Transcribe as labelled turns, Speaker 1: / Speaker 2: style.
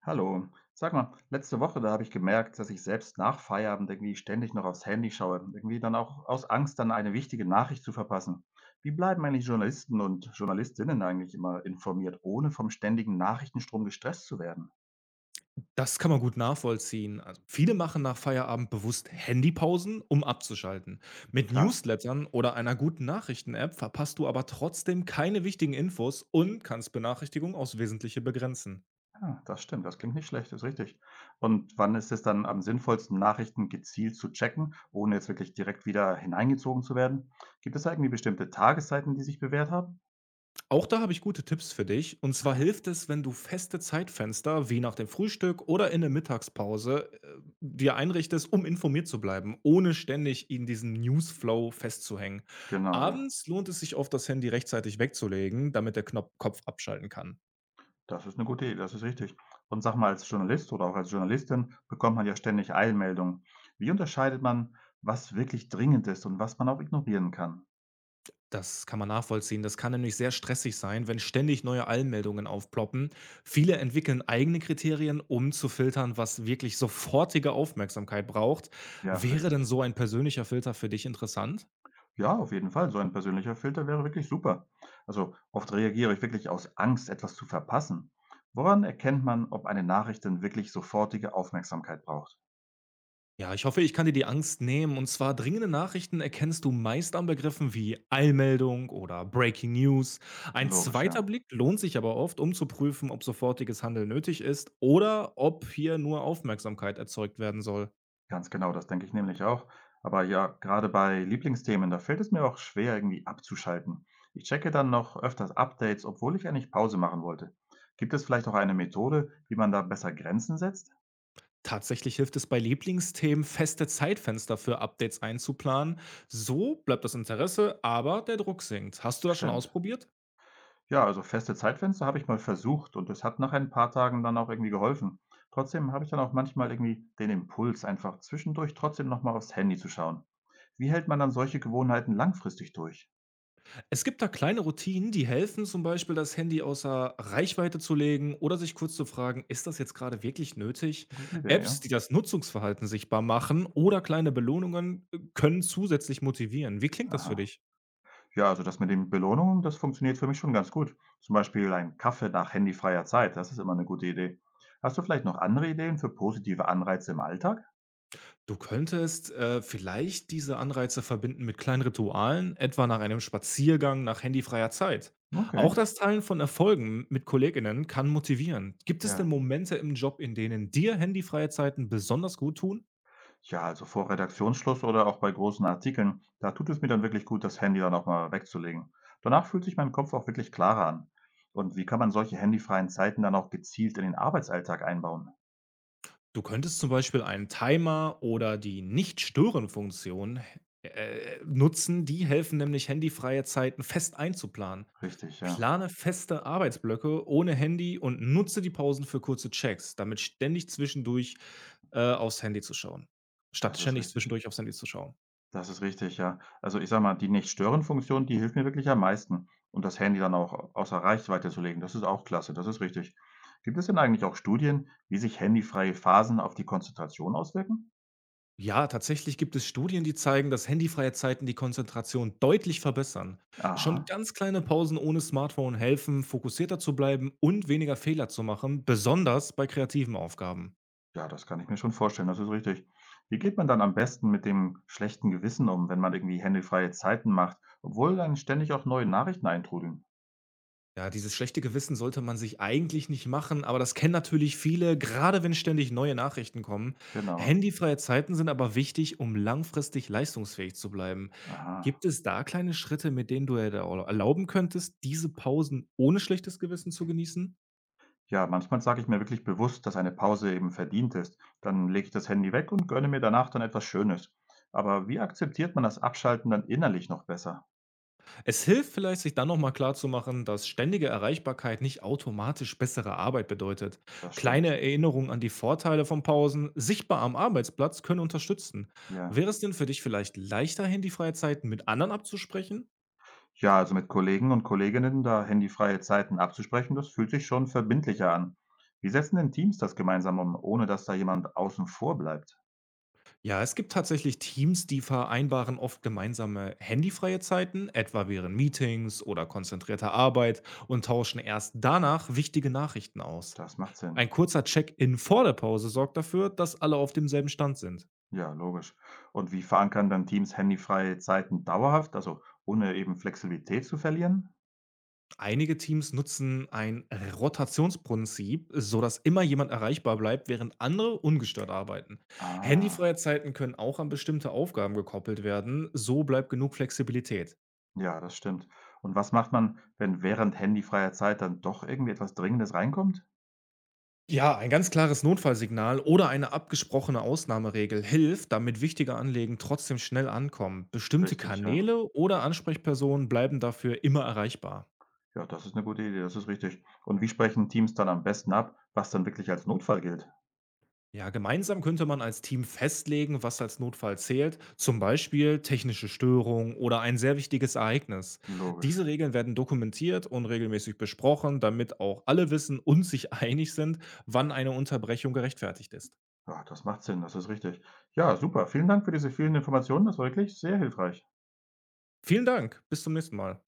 Speaker 1: Hallo. Sag mal, letzte Woche, da habe ich gemerkt, dass ich selbst nach Feierabend irgendwie ständig noch aufs Handy schaue. Irgendwie dann auch aus Angst, dann eine wichtige Nachricht zu verpassen. Wie bleiben eigentlich Journalisten und Journalistinnen eigentlich immer informiert, ohne vom ständigen Nachrichtenstrom gestresst zu werden?
Speaker 2: Das kann man gut nachvollziehen. Also viele machen nach Feierabend bewusst Handypausen, um abzuschalten. Mit
Speaker 1: Klar,
Speaker 2: Newslettern oder einer guten Nachrichten-App verpasst du aber trotzdem keine wichtigen Infos und kannst Benachrichtigungen aufs Wesentliche begrenzen.
Speaker 1: ja, das stimmt, das klingt nicht schlecht, ist richtig. Und wann ist es dann am sinnvollsten, Nachrichten gezielt zu checken, ohne jetzt wirklich direkt wieder hineingezogen zu werden? Gibt es da irgendwie bestimmte Tageszeiten, die sich bewährt haben?
Speaker 2: Auch da habe ich gute Tipps für dich. Und zwar hilft es, wenn du feste Zeitfenster wie nach dem Frühstück oder in der Mittagspause dir einrichtest, um informiert zu bleiben, ohne ständig in diesem Newsflow festzuhängen.
Speaker 1: Genau, ja.
Speaker 2: Abends lohnt es sich oft, das Handy rechtzeitig wegzulegen, damit der Knopf Kopf abschalten kann.
Speaker 1: Das ist 'ne gute Idee, das ist richtig. Und sag mal, als Journalist oder auch als Journalistin bekommt man ja ständig Eilmeldungen. Wie unterscheidet man, was wirklich dringend ist und was man auch ignorieren kann?
Speaker 2: Das kann man nachvollziehen. Das kann nämlich sehr stressig sein, wenn ständig neue Allmeldungen aufploppen. Viele entwickeln eigene Kriterien, um zu filtern, was wirklich sofortige Aufmerksamkeit braucht.
Speaker 1: Ja,
Speaker 2: Wäre denn
Speaker 1: richtig.
Speaker 2: so ein persönlicher Filter für dich interessant?
Speaker 1: Ja, auf jeden Fall, so ein persönlicher Filter wäre wirklich super. Also, oft reagiere ich wirklich aus Angst, etwas zu verpassen. Woran erkennt man, ob eine Nachricht denn wirklich sofortige Aufmerksamkeit braucht?
Speaker 2: Ja, ich hoffe, ich kann dir die Angst nehmen. Und zwar dringende Nachrichten erkennst du meist an Begriffen wie Eilmeldung oder Breaking News. Ein
Speaker 1: Logisch,
Speaker 2: zweiter
Speaker 1: ja.
Speaker 2: Blick lohnt sich aber oft, um zu prüfen, ob sofortiges Handeln nötig ist oder ob hier nur Aufmerksamkeit erzeugt werden soll.
Speaker 1: Ganz genau, das denke ich nämlich auch. Aber ja, gerade bei Lieblingsthemen, da fällt es mir auch schwer, irgendwie abzuschalten. Ich checke dann noch öfters Updates, obwohl ich eigentlich Pause machen wollte. Gibt es vielleicht auch eine Methode, wie man da besser Grenzen setzt?
Speaker 2: Tatsächlich hilft es bei Lieblingsthemen, feste Zeitfenster für Updates einzuplanen. So bleibt das Interesse, aber der Druck sinkt. Hast du das schon
Speaker 1: Stimmt.
Speaker 2: ausprobiert?
Speaker 1: Ja, also feste Zeitfenster habe ich mal versucht und das hat nach ein paar Tagen dann auch irgendwie geholfen. Trotzdem habe ich dann auch manchmal irgendwie den Impuls, einfach zwischendurch trotzdem nochmal aufs Handy zu schauen. Wie hält man dann solche Gewohnheiten langfristig durch?
Speaker 2: Es gibt da kleine Routinen, die helfen, zum Beispiel das Handy außer Reichweite zu legen oder sich kurz zu fragen, ist das jetzt gerade wirklich nötig?
Speaker 1: Gute Idee,
Speaker 2: Apps, die
Speaker 1: ja?
Speaker 2: das Nutzungsverhalten sichtbar machen oder kleine Belohnungen können zusätzlich motivieren. Wie klingt das für
Speaker 1: Aha.
Speaker 2: dich?
Speaker 1: Ja, also das mit den Belohnungen, das funktioniert für mich schon ganz gut. Zum Beispiel ein Kaffee nach handyfreier Zeit, das ist immer eine gute Idee. Hast du vielleicht noch andere Ideen für positive Anreize im Alltag?
Speaker 2: Du könntest vielleicht diese Anreize verbinden mit kleinen Ritualen, etwa nach einem Spaziergang nach handyfreier Zeit. Auch
Speaker 1: Okay,
Speaker 2: Mhm. Das Teilen von Erfolgen mit Kolleginnen kann motivieren. Gibt es denn
Speaker 1: ja.
Speaker 2: Momente im Job, in denen dir handyfreie Zeiten besonders gut tun?
Speaker 1: Ja, also vor Redaktionsschluss oder auch bei großen Artikeln, da tut es mir dann wirklich gut, das Handy dann auch mal wegzulegen. Danach fühlt sich mein Kopf auch wirklich klarer an. Und wie kann man solche handyfreien Zeiten dann auch gezielt in den Arbeitsalltag einbauen?
Speaker 2: Du könntest zum Beispiel einen Timer oder die Nicht-Stören-Funktion nutzen. Die helfen nämlich, handyfreie Zeiten fest einzuplanen.
Speaker 1: Richtig, ja.
Speaker 2: Plane feste Arbeitsblöcke ohne Handy und nutze die Pausen für kurze Checks, damit ständig zwischendurch aufs Handy zu schauen, statt
Speaker 1: Das ist
Speaker 2: ständig
Speaker 1: richtig.
Speaker 2: zwischendurch aufs Handy zu schauen.
Speaker 1: Das ist richtig, ja. Also, ich sage mal, die Nicht-Stören-Funktion, die hilft mir wirklich am meisten. Und das Handy dann auch außer Reichweite zu legen, das ist auch klasse, das ist richtig. Gibt es denn eigentlich auch Studien, wie sich handyfreie Phasen auf die Konzentration auswirken?
Speaker 2: Ja, tatsächlich gibt es Studien, die zeigen, dass handyfreie Zeiten die Konzentration deutlich verbessern. Schon
Speaker 1: Aha,
Speaker 2: ganz kleine Pausen ohne Smartphone helfen, fokussierter zu bleiben und weniger Fehler zu machen, besonders bei kreativen Aufgaben.
Speaker 1: ja, das kann ich mir schon vorstellen, das ist richtig. Wie geht man dann am besten mit dem schlechten Gewissen um, wenn man irgendwie handyfreie Zeiten macht, obwohl dann ständig auch neue Nachrichten eintrudeln?
Speaker 2: Ja, dieses schlechte Gewissen sollte man sich eigentlich nicht machen, aber das kennen natürlich viele, gerade wenn ständig neue Nachrichten kommen.
Speaker 1: Genau.
Speaker 2: Handyfreie Zeiten sind aber wichtig, um langfristig leistungsfähig zu bleiben.
Speaker 1: Aha.
Speaker 2: Gibt es da kleine Schritte, mit denen du dir erlauben könntest, diese Pausen ohne schlechtes Gewissen zu genießen?
Speaker 1: Ja, manchmal sage ich mir wirklich bewusst, dass eine Pause eben verdient ist. Dann lege ich das Handy weg und gönne mir danach dann etwas Schönes. Aber wie akzeptiert man das Abschalten dann innerlich noch besser?
Speaker 2: Es hilft vielleicht, sich dann nochmal klarzumachen, dass ständige Erreichbarkeit nicht automatisch bessere Arbeit bedeutet.
Speaker 1: Das
Speaker 2: Kleine
Speaker 1: stimmt.
Speaker 2: Erinnerungen an die Vorteile von Pausen, sichtbar am Arbeitsplatz, können unterstützen.
Speaker 1: Ja.
Speaker 2: Wäre es denn für dich vielleicht leichterhin, die Freizeiten mit anderen abzusprechen?
Speaker 1: Ja, also mit Kollegen und Kolleginnen da handyfreie Zeiten abzusprechen, das fühlt sich schon verbindlicher an. Wie setzen denn Teams das gemeinsam um, ohne dass da jemand außen vor bleibt?
Speaker 2: Ja, es gibt tatsächlich Teams, die vereinbaren oft gemeinsame handyfreie Zeiten, etwa während Meetings oder konzentrierter Arbeit, und tauschen erst danach wichtige Nachrichten aus.
Speaker 1: Das macht Sinn.
Speaker 2: Ein kurzer Check-in vor der Pause sorgt dafür, dass alle auf demselben Stand sind.
Speaker 1: Ja, logisch. Und wie verankern dann Teams handyfreie Zeiten dauerhaft, also ohne eben Flexibilität zu verlieren?
Speaker 2: Einige Teams nutzen ein Rotationsprinzip, sodass immer jemand erreichbar bleibt, während andere ungestört arbeiten. Handyfreie
Speaker 1: Ah.
Speaker 2: Zeiten können auch an bestimmte Aufgaben gekoppelt werden, so bleibt genug Flexibilität.
Speaker 1: Ja, das stimmt. Und was macht man, wenn während handyfreier Zeit dann doch irgendwie etwas Dringendes reinkommt?
Speaker 2: Ja, ein ganz klares Notfallsignal oder eine abgesprochene Ausnahmeregel hilft, damit wichtige Anliegen trotzdem schnell ankommen. Bestimmte
Speaker 1: Richtig, ja.
Speaker 2: Kanäle oder Ansprechpersonen bleiben dafür immer erreichbar.
Speaker 1: Ja, das ist eine gute Idee, das ist richtig. Und wie sprechen Teams dann am besten ab, was dann wirklich als Notfall gilt?
Speaker 2: Ja, gemeinsam könnte man als Team festlegen, was als Notfall zählt, zum Beispiel technische Störung oder ein sehr wichtiges Ereignis.
Speaker 1: Logisch.
Speaker 2: Diese Regeln werden dokumentiert und regelmäßig besprochen, damit auch alle wissen und sich einig sind, wann eine Unterbrechung gerechtfertigt ist.
Speaker 1: Ja, das macht Sinn, das ist richtig. Ja, super. Vielen Dank für diese vielen Informationen. Das war wirklich sehr hilfreich.
Speaker 2: Vielen Dank, bis zum nächsten Mal.